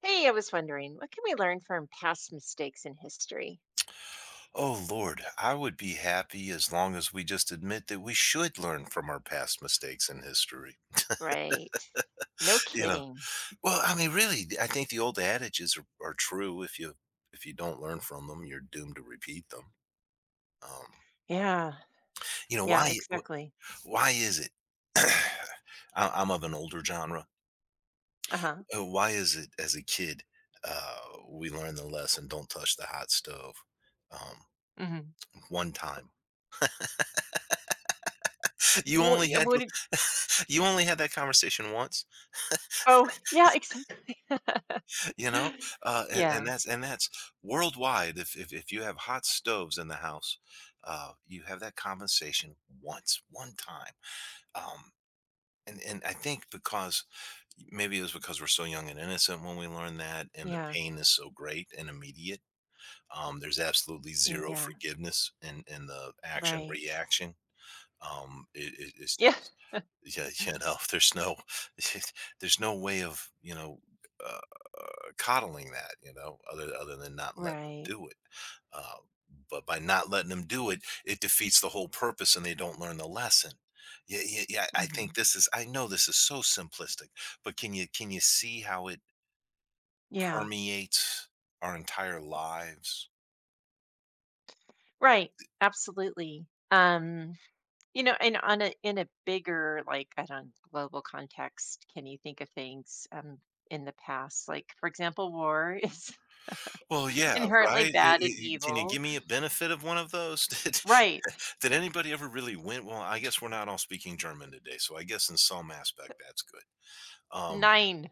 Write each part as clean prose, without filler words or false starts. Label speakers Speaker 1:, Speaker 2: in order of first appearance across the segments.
Speaker 1: Hey, I was wondering, what can we learn from past mistakes in history?
Speaker 2: Oh Lord, I would be happy as long as we just admit that we should learn from our past mistakes in history.
Speaker 1: Right. No
Speaker 2: You know,
Speaker 1: kidding.
Speaker 2: well, I mean, really, I think the old adages are true. If you don't learn from them, you're doomed to repeat them. Um,
Speaker 1: Yeah.
Speaker 2: you know
Speaker 1: Yeah,
Speaker 2: why?
Speaker 1: exactly.
Speaker 2: Why is it? I- I'm of an older genre.
Speaker 1: Uh-huh.
Speaker 2: Why is it as a kid uh, we learned the lesson? Don't touch the hot stove. Um,
Speaker 1: Hmm.
Speaker 2: One time, you
Speaker 1: What,
Speaker 2: only
Speaker 1: yeah,
Speaker 2: had
Speaker 1: what did,
Speaker 2: you only had that conversation once.
Speaker 1: oh, yeah, exactly.
Speaker 2: You know, and
Speaker 1: Yeah.
Speaker 2: that's worldwide. If you have hot stoves in the house, you have that conversation once, one time. Um, and I think because maybe it was because we're so young and innocent when we learn that, and the
Speaker 1: Yeah.
Speaker 2: pain is so great and immediate. There's absolutely zero
Speaker 1: Yeah.
Speaker 2: forgiveness in the action
Speaker 1: Right.
Speaker 2: reaction. It's
Speaker 1: Yeah.
Speaker 2: just yeah, you know, there's no. There's no way of you know. uh, Coddling that, you know, other than not letting them
Speaker 1: Right.
Speaker 2: do it. Uh, but by not letting them do it, it defeats the whole purpose, and they don't learn the lesson. Yeah, yeah, yeah. I
Speaker 1: Hmm.
Speaker 2: think this is. I know this is so simplistic, but can you see how it
Speaker 1: Yeah.
Speaker 2: permeates our entire lives?
Speaker 1: Right. Absolutely. Um, and on a in a bigger, like, I don't global context, can you think of things in the past? Like, for example, war is
Speaker 2: Well, yeah,
Speaker 1: inherently
Speaker 2: right.
Speaker 1: bad and
Speaker 2: Can you
Speaker 1: evil.
Speaker 2: give me a benefit of one of those?
Speaker 1: Right.
Speaker 2: Did anybody ever really win? Well, I guess we're not all speaking German today, so I guess in some aspect that's good. Um,
Speaker 1: 9.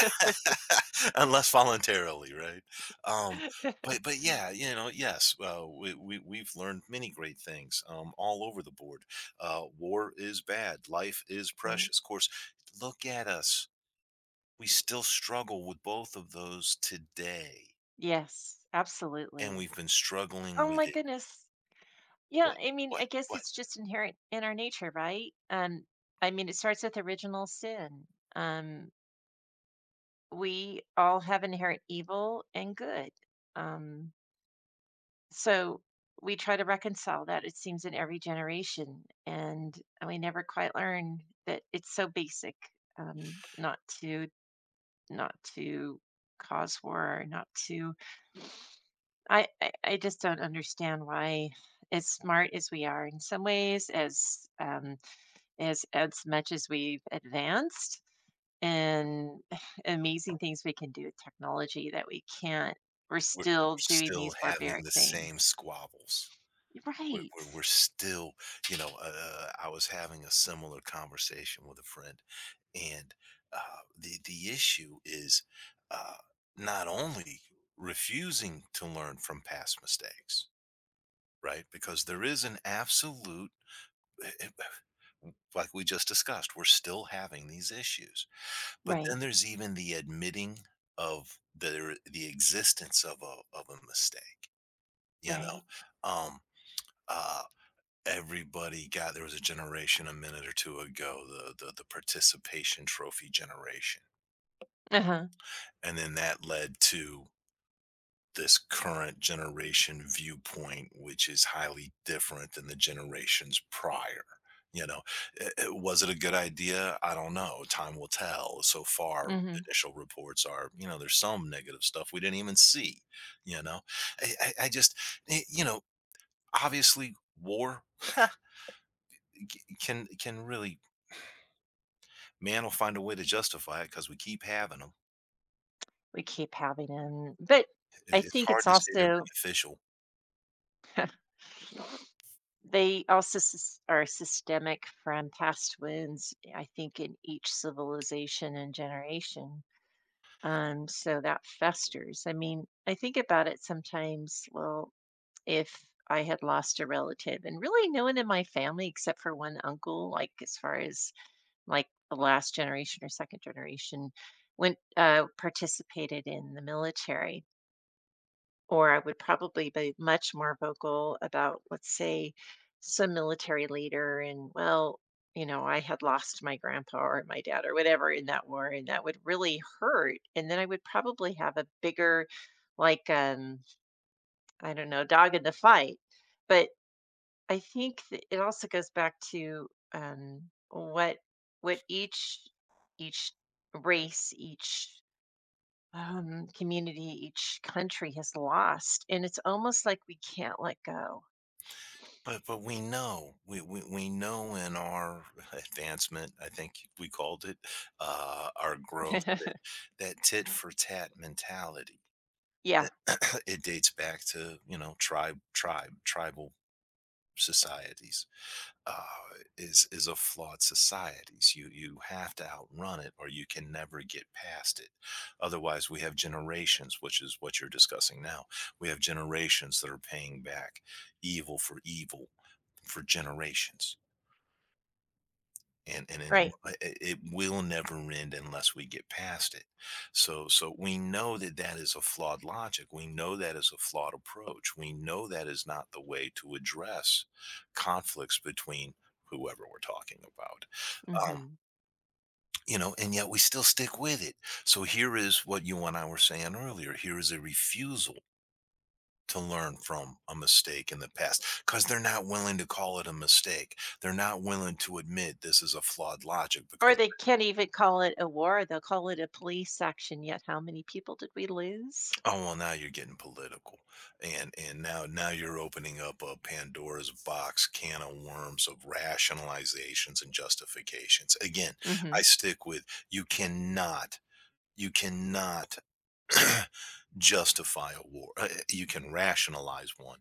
Speaker 2: Unless voluntarily, right? Um, but yeah, you know, yes, we've learned many great things all over the board. War is bad. Life is
Speaker 1: Right.
Speaker 2: precious. Of course, look at us. We still struggle with both of those today,
Speaker 1: Yes,
Speaker 2: and
Speaker 1: absolutely.
Speaker 2: we've been struggling
Speaker 1: Oh
Speaker 2: with
Speaker 1: my
Speaker 2: it.
Speaker 1: goodness. Yeah,
Speaker 2: What
Speaker 1: I mean, I guess
Speaker 2: what?
Speaker 1: it's just inherent in our nature, right? I mean, it starts with original sin. Um, we all have inherent evil and good. Um, so we try to reconcile that, it seems, in every generation, and we never quite learn that it's so basic, um, not to not to cause war, not to I just don't understand why as smart as we are in some ways, as much as we've advanced and amazing things we can do with technology that we can't, we're
Speaker 2: We're
Speaker 1: still doing
Speaker 2: still
Speaker 1: these
Speaker 2: having
Speaker 1: barbaric
Speaker 2: the same
Speaker 1: things.
Speaker 2: squabbles.
Speaker 1: Right.
Speaker 2: We're still, you know, I was having a similar conversation with a friend. And uh, the issue is uh, not only refusing to learn from past mistakes, right? Because there is an absolute eh, eh, eh, like we just discussed, we're still having these issues. But then
Speaker 1: Right.
Speaker 2: there's even the admitting of the existence of a mistake. You know,
Speaker 1: Right.
Speaker 2: um, uh, everybody got there was a generation a minute or two ago, the the participation trophy generation.
Speaker 1: Uh-huh.
Speaker 2: And then that led to this current generation viewpoint, which is highly different than the generations prior. You know, was it a good idea? I don't know. Time will tell. So far,
Speaker 1: Hmm.
Speaker 2: initial reports are, you know, there's some negative stuff we didn't even see. You know, I just, you know, obviously war can really, man will find a way to justify it because we keep having them.
Speaker 1: We keep having them. But I
Speaker 2: It's
Speaker 1: think
Speaker 2: hard
Speaker 1: it's
Speaker 2: to say they're
Speaker 1: also,
Speaker 2: beneficial.
Speaker 1: they also sys are systemic from past wounds, I think, in each civilization and generation, so that festers. I mean, I think about it sometimes, well, if I had lost a relative and really no one in my family except for one uncle, like, as far as, like, the last generation or second generation went, participated in the military, or I would probably be much more vocal about, let's say, some military leader and, well, I had lost my grandpa or my dad or whatever in that war, and that would really hurt. And then I would probably have a bigger, like, I don't know, dog in the fight. But I think that it also goes back to um, what what each each race, each community, each country has lost. And it's almost like we can't let go.
Speaker 2: But we know, we, we know in our advancement, I think we called it our growth, that tit for tat mentality.
Speaker 1: Yeah,
Speaker 2: It dates back to, you know, tribe tribe tribal societies, uh, is a flawed societies. You have to outrun it or you can never get past it. Otherwise, we have generations, which is what you're discussing now. We have generations that are paying back evil for evil for generations, and it,
Speaker 1: right.
Speaker 2: it will never end unless we get past it. So so we know that that is a flawed logic, we know that is a flawed approach, we know that is not the way to address conflicts between whoever we're talking about. um,
Speaker 1: Hmm.
Speaker 2: you know, and yet we still stick with it. So here is what you and I were saying earlier: here is a refusal to learn from a mistake in the past because they're not willing to call it a mistake. They're not willing to admit this is a flawed logic
Speaker 1: Or
Speaker 2: because...
Speaker 1: they can't even call it a war. They'll call it a police action. Yet, how many people did we lose?
Speaker 2: Oh well, now you're getting political, and now, now you're opening up a Pandora's box, can of worms of rationalizations and justifications. Again, I
Speaker 1: Hmm.
Speaker 2: stick with: you cannot, you cannot justify a war. You can rationalize one.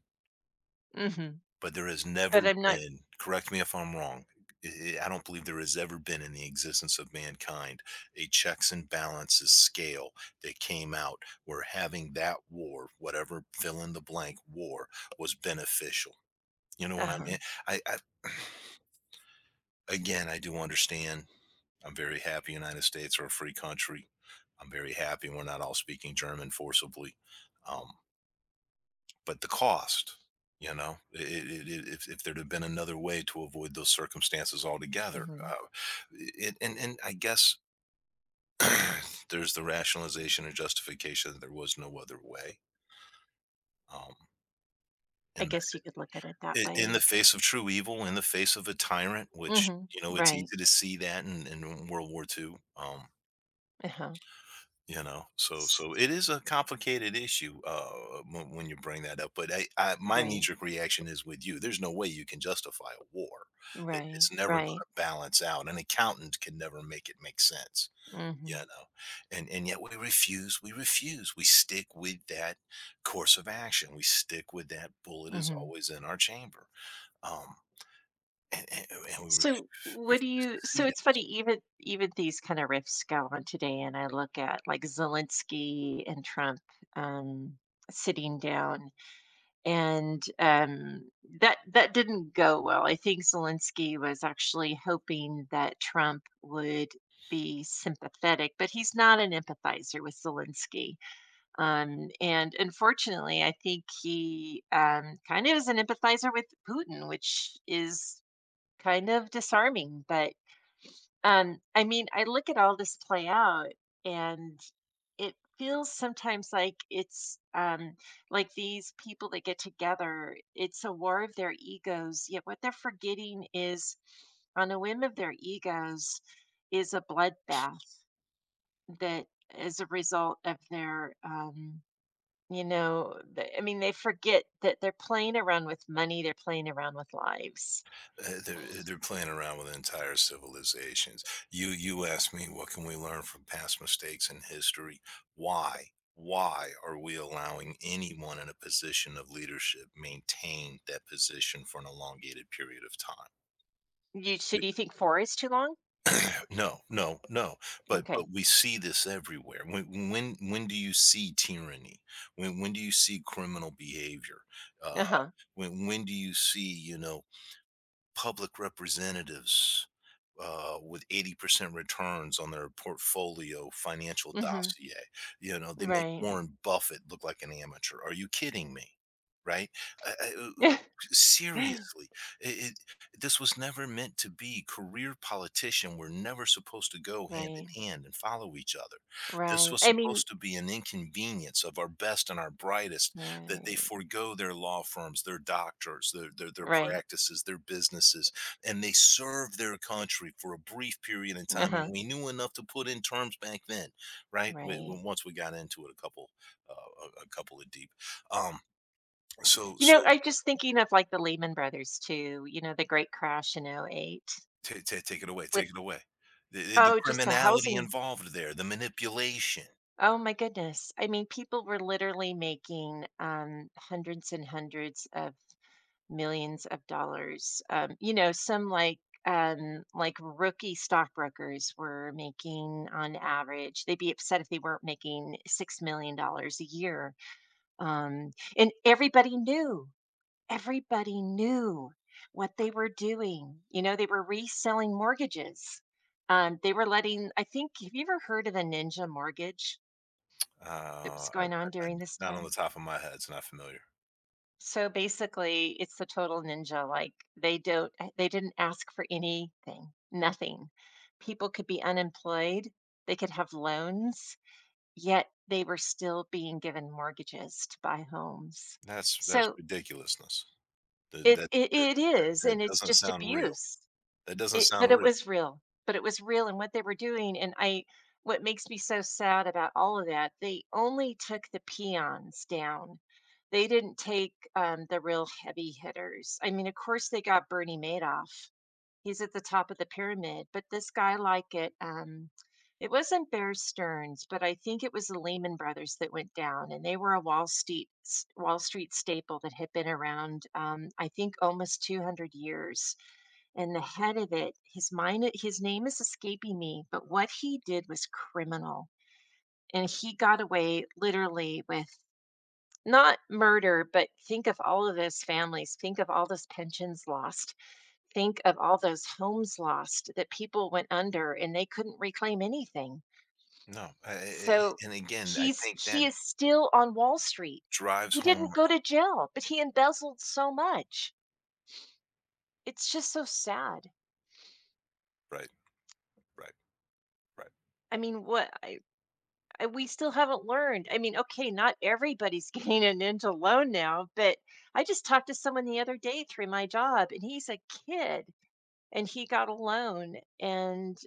Speaker 1: Hmm.
Speaker 2: But there has never
Speaker 1: But I'm not.
Speaker 2: been, correct me if I'm wrong, I don't believe there has ever been in the existence of mankind a checks and balances scale that came out where having that war, whatever, fill in the blank war, was beneficial. You know
Speaker 1: Uh
Speaker 2: what I
Speaker 1: huh.
Speaker 2: mean? I Again, I do understand. I'm very happy United States are a free country. I'm very happy we're not all speaking German forcibly. Um, but the cost, you know, I if there'd have been another way to avoid those circumstances altogether,
Speaker 1: Hmm.
Speaker 2: it and I guess there's the rationalization and justification that there was no other way, um, in
Speaker 1: I
Speaker 2: the
Speaker 1: guess you could look at it that
Speaker 2: in the
Speaker 1: way.
Speaker 2: face of true evil, in the face of a tyrant, which,
Speaker 1: Hmm.
Speaker 2: you know, it's
Speaker 1: Right.
Speaker 2: easy to see that in World War II.
Speaker 1: Uh huh.
Speaker 2: You know, so so it is a complicated issue, when you bring that up. But my knee
Speaker 1: Right.
Speaker 2: jerk reaction is with you. There's no way you can justify a war.
Speaker 1: Right.
Speaker 2: It's never going
Speaker 1: Right.
Speaker 2: to balance out. An accountant can never make it make sense. You
Speaker 1: Hmm.
Speaker 2: know, and yet we refuse. We refuse. We stick with that course of action. We stick with that bullet is
Speaker 1: Hmm.
Speaker 2: always in our chamber. Um, and we
Speaker 1: So what do
Speaker 2: refuse to
Speaker 1: you,
Speaker 2: see
Speaker 1: it's
Speaker 2: that.
Speaker 1: funny, even these kind of rifts go on today, and I look at like Zelensky and Trump um sitting down, and that didn't go well. I think Zelensky was actually hoping that Trump would be sympathetic, but he's not an empathizer with Zelensky. And unfortunately, I think he kind of is an empathizer with Putin, which is kind of disarming, but, I mean, I look at all this play out, and it feels sometimes like it's, like these people that get together, it's a war of their egos, yet what they're forgetting is, on a whim of their egos, is a bloodbath that is a result of their, the I mean, they forget that they're playing around with money, they're playing around with lives. You
Speaker 2: They're playing around with entire civilizations. You ask me what can we learn from past mistakes in history? Why? Why are we allowing anyone in a position of leadership maintain that position for an elongated period of time?
Speaker 1: So
Speaker 2: We,
Speaker 1: do you think four is too long?
Speaker 2: no, no, no. But
Speaker 1: Okay.
Speaker 2: we see this everywhere. When do you see tyranny? When do you see criminal behavior? Uh,
Speaker 1: Uh-huh.
Speaker 2: when do you see, you know, public representatives with 80% returns on their portfolio financial
Speaker 1: Mhm.
Speaker 2: dossier. You know, they make
Speaker 1: Right.
Speaker 2: Warren Buffett look like an amateur. Are you kidding me? Right? I, I- uh, uh, Seriously, this was never meant to be. Career politician were never supposed to go hand
Speaker 1: Right.
Speaker 2: in hand and follow each other. This
Speaker 1: Right.
Speaker 2: was
Speaker 1: I mean,
Speaker 2: supposed to be an inconvenience of our best and our brightest, that they
Speaker 1: right.
Speaker 2: forego their law firms, their doctors, their
Speaker 1: Right.
Speaker 2: practices, their businesses, and they serve their country for a brief period in time, and
Speaker 1: Uh-huh.
Speaker 2: we knew enough to put in terms back then, right? W
Speaker 1: Right.
Speaker 2: w Once we got into it a couple, a couple of deep. Um, so
Speaker 1: You know,
Speaker 2: so
Speaker 1: I'm just thinking of, like, the Lehman Brothers too, the great crash in '08,
Speaker 2: ta ta take it away, take
Speaker 1: with
Speaker 2: it away. The
Speaker 1: oh, just the
Speaker 2: criminality
Speaker 1: housing,
Speaker 2: involved there, the manipulation.
Speaker 1: oh my goodness. I mean, people were literally making, hundreds and hundreds of millions of dollars. You know, some, like, rookie stockbrokers were making on average, they'd be upset if they weren't making $6 million dollars a year. Um, and everybody knew. Everybody knew what they were doing. You know, they were reselling mortgages. They were letting, I think, have you ever heard of the ninja mortgage that was going on
Speaker 2: I,
Speaker 1: during this
Speaker 2: not on the
Speaker 1: time?
Speaker 2: top of my head, it's not familiar.
Speaker 1: So basically, it's the total ninja. Like they don't, they didn't ask for anything, nothing. People could be unemployed, they could have loans, yet they were still being given mortgages to buy homes.
Speaker 2: That's
Speaker 1: So
Speaker 2: ridiculousness. That
Speaker 1: it,
Speaker 2: that
Speaker 1: it,
Speaker 2: that
Speaker 1: it
Speaker 2: that
Speaker 1: is,
Speaker 2: that
Speaker 1: and it's
Speaker 2: doesn't
Speaker 1: just
Speaker 2: sound real.
Speaker 1: abuse.
Speaker 2: That doesn't
Speaker 1: It, but
Speaker 2: sound
Speaker 1: it
Speaker 2: real.
Speaker 1: was real, but it was real, and what they were doing, and I what makes me so sad about all of that, they only took the peons down. They didn't take, the real heavy hitters. I mean, of course, they got Bernie Madoff. He's at the top of the pyramid, but this guy, like it, it wasn't Bear Stearns, but I think it was the Lehman Brothers that went down, and they were a Wall Street staple that had been around, I think almost 200 years. And the head of it, his name is escaping me, but what he did was criminal. And he got away literally with not murder, but think of all of those families, think of all those pensions lost, think of all those homes lost, that people went under and they couldn't reclaim anything.
Speaker 2: No, I,
Speaker 1: So
Speaker 2: and again, I
Speaker 1: he's
Speaker 2: think that
Speaker 1: he is still on Wall Street.
Speaker 2: drives
Speaker 1: He
Speaker 2: home.
Speaker 1: didn't go to jail, but he embezzled so much. It's just so sad.
Speaker 2: Right, right, right,
Speaker 1: I mean what And we still haven't learned. I mean, okay, not everybody's getting a ninja loan now, but I just talked to someone the other day through my job, and he's a kid, and he got a loan. And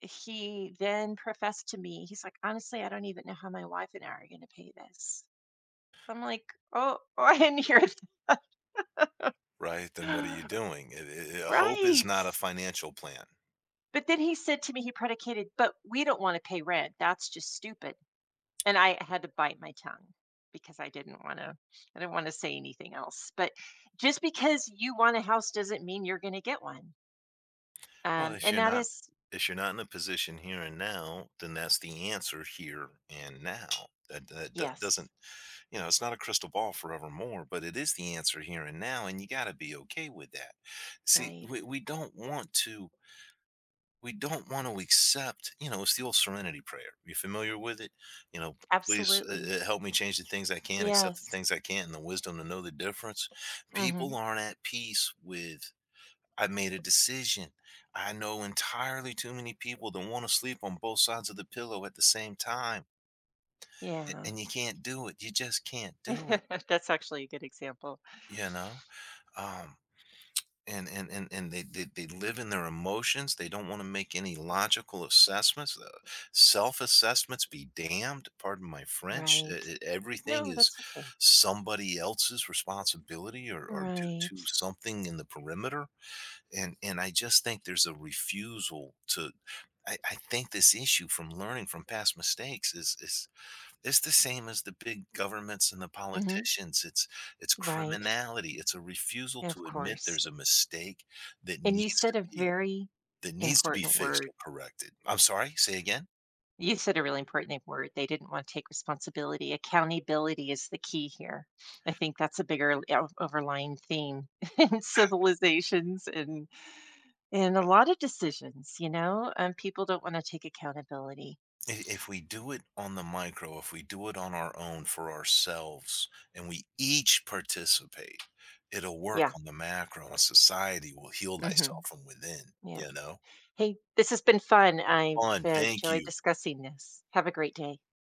Speaker 1: he then professed to me, he's like, honestly, I don't even know how my wife and I are going to pay this. I'm like, oh, oh, I didn't hear that.
Speaker 2: right, then what are you doing? It, hope is
Speaker 1: Right.
Speaker 2: not a financial plan.
Speaker 1: But then he said to me, he predicated, but we don't want to pay rent. That's just stupid. And I had to bite my tongue, because I didn't want to say anything else. But just because you want a house doesn't mean you're going to get one.
Speaker 2: Well,
Speaker 1: And that is,
Speaker 2: if you're not in a position here and now, then that's the answer here and now. That
Speaker 1: yes,
Speaker 2: doesn't, you know, it's not a crystal ball forevermore, but it is the answer here and now, and you gotta be okay with that. See,
Speaker 1: right.
Speaker 2: we don't want to, we don't want to accept, you know, it's the old serenity prayer. You familiar with it? You know, please,
Speaker 1: Absolutely.
Speaker 2: help me change the things I can, accept the
Speaker 1: Yes.
Speaker 2: things I can't, and the wisdom to know the difference. People
Speaker 1: Mhm.
Speaker 2: aren't at peace with, I made a decision. I know entirely too many people that want to sleep on both sides of the pillow at the same time,
Speaker 1: Yeah.
Speaker 2: and you can't do it. You just can't do it,
Speaker 1: That's actually a good example.
Speaker 2: you know? Um, and they, they live in their emotions, they don't want to make any logical assessments, self-assessments be damned, pardon my French.
Speaker 1: Right.
Speaker 2: Everything
Speaker 1: No,
Speaker 2: is
Speaker 1: that's okay.
Speaker 2: somebody else's responsibility, or due to
Speaker 1: Right.
Speaker 2: something in the perimeter. And I just think there's a refusal to, I think this issue from learning from past mistakes is, it's the same as the big governments and the
Speaker 1: Mhm.
Speaker 2: politicians. It's
Speaker 1: Right.
Speaker 2: criminality. It's a refusal
Speaker 1: Of
Speaker 2: to admit there's
Speaker 1: course.
Speaker 2: a mistake that
Speaker 1: And you
Speaker 2: needs to
Speaker 1: said a
Speaker 2: be,
Speaker 1: very
Speaker 2: that needs to be
Speaker 1: important
Speaker 2: fixed
Speaker 1: word
Speaker 2: or corrected. I'm sorry, say again?
Speaker 1: You said a really important word. They didn't want to take responsibility. Accountability is the key here. I think that's a bigger overlying theme in
Speaker 2: I
Speaker 1: civilizations, and a lot of decisions. You know, people don't want to take accountability.
Speaker 2: If we do it on the micro, if we do it on our own for ourselves, and we each participate, it'll work
Speaker 1: Yeah.
Speaker 2: on the macro, and society will heal
Speaker 1: Hmm.
Speaker 2: thyself from within,
Speaker 1: Yeah.
Speaker 2: you know?
Speaker 1: Hey, this has been fun. I've
Speaker 2: Fun, thank
Speaker 1: enjoyed
Speaker 2: you.
Speaker 1: discussing this. Have a great day.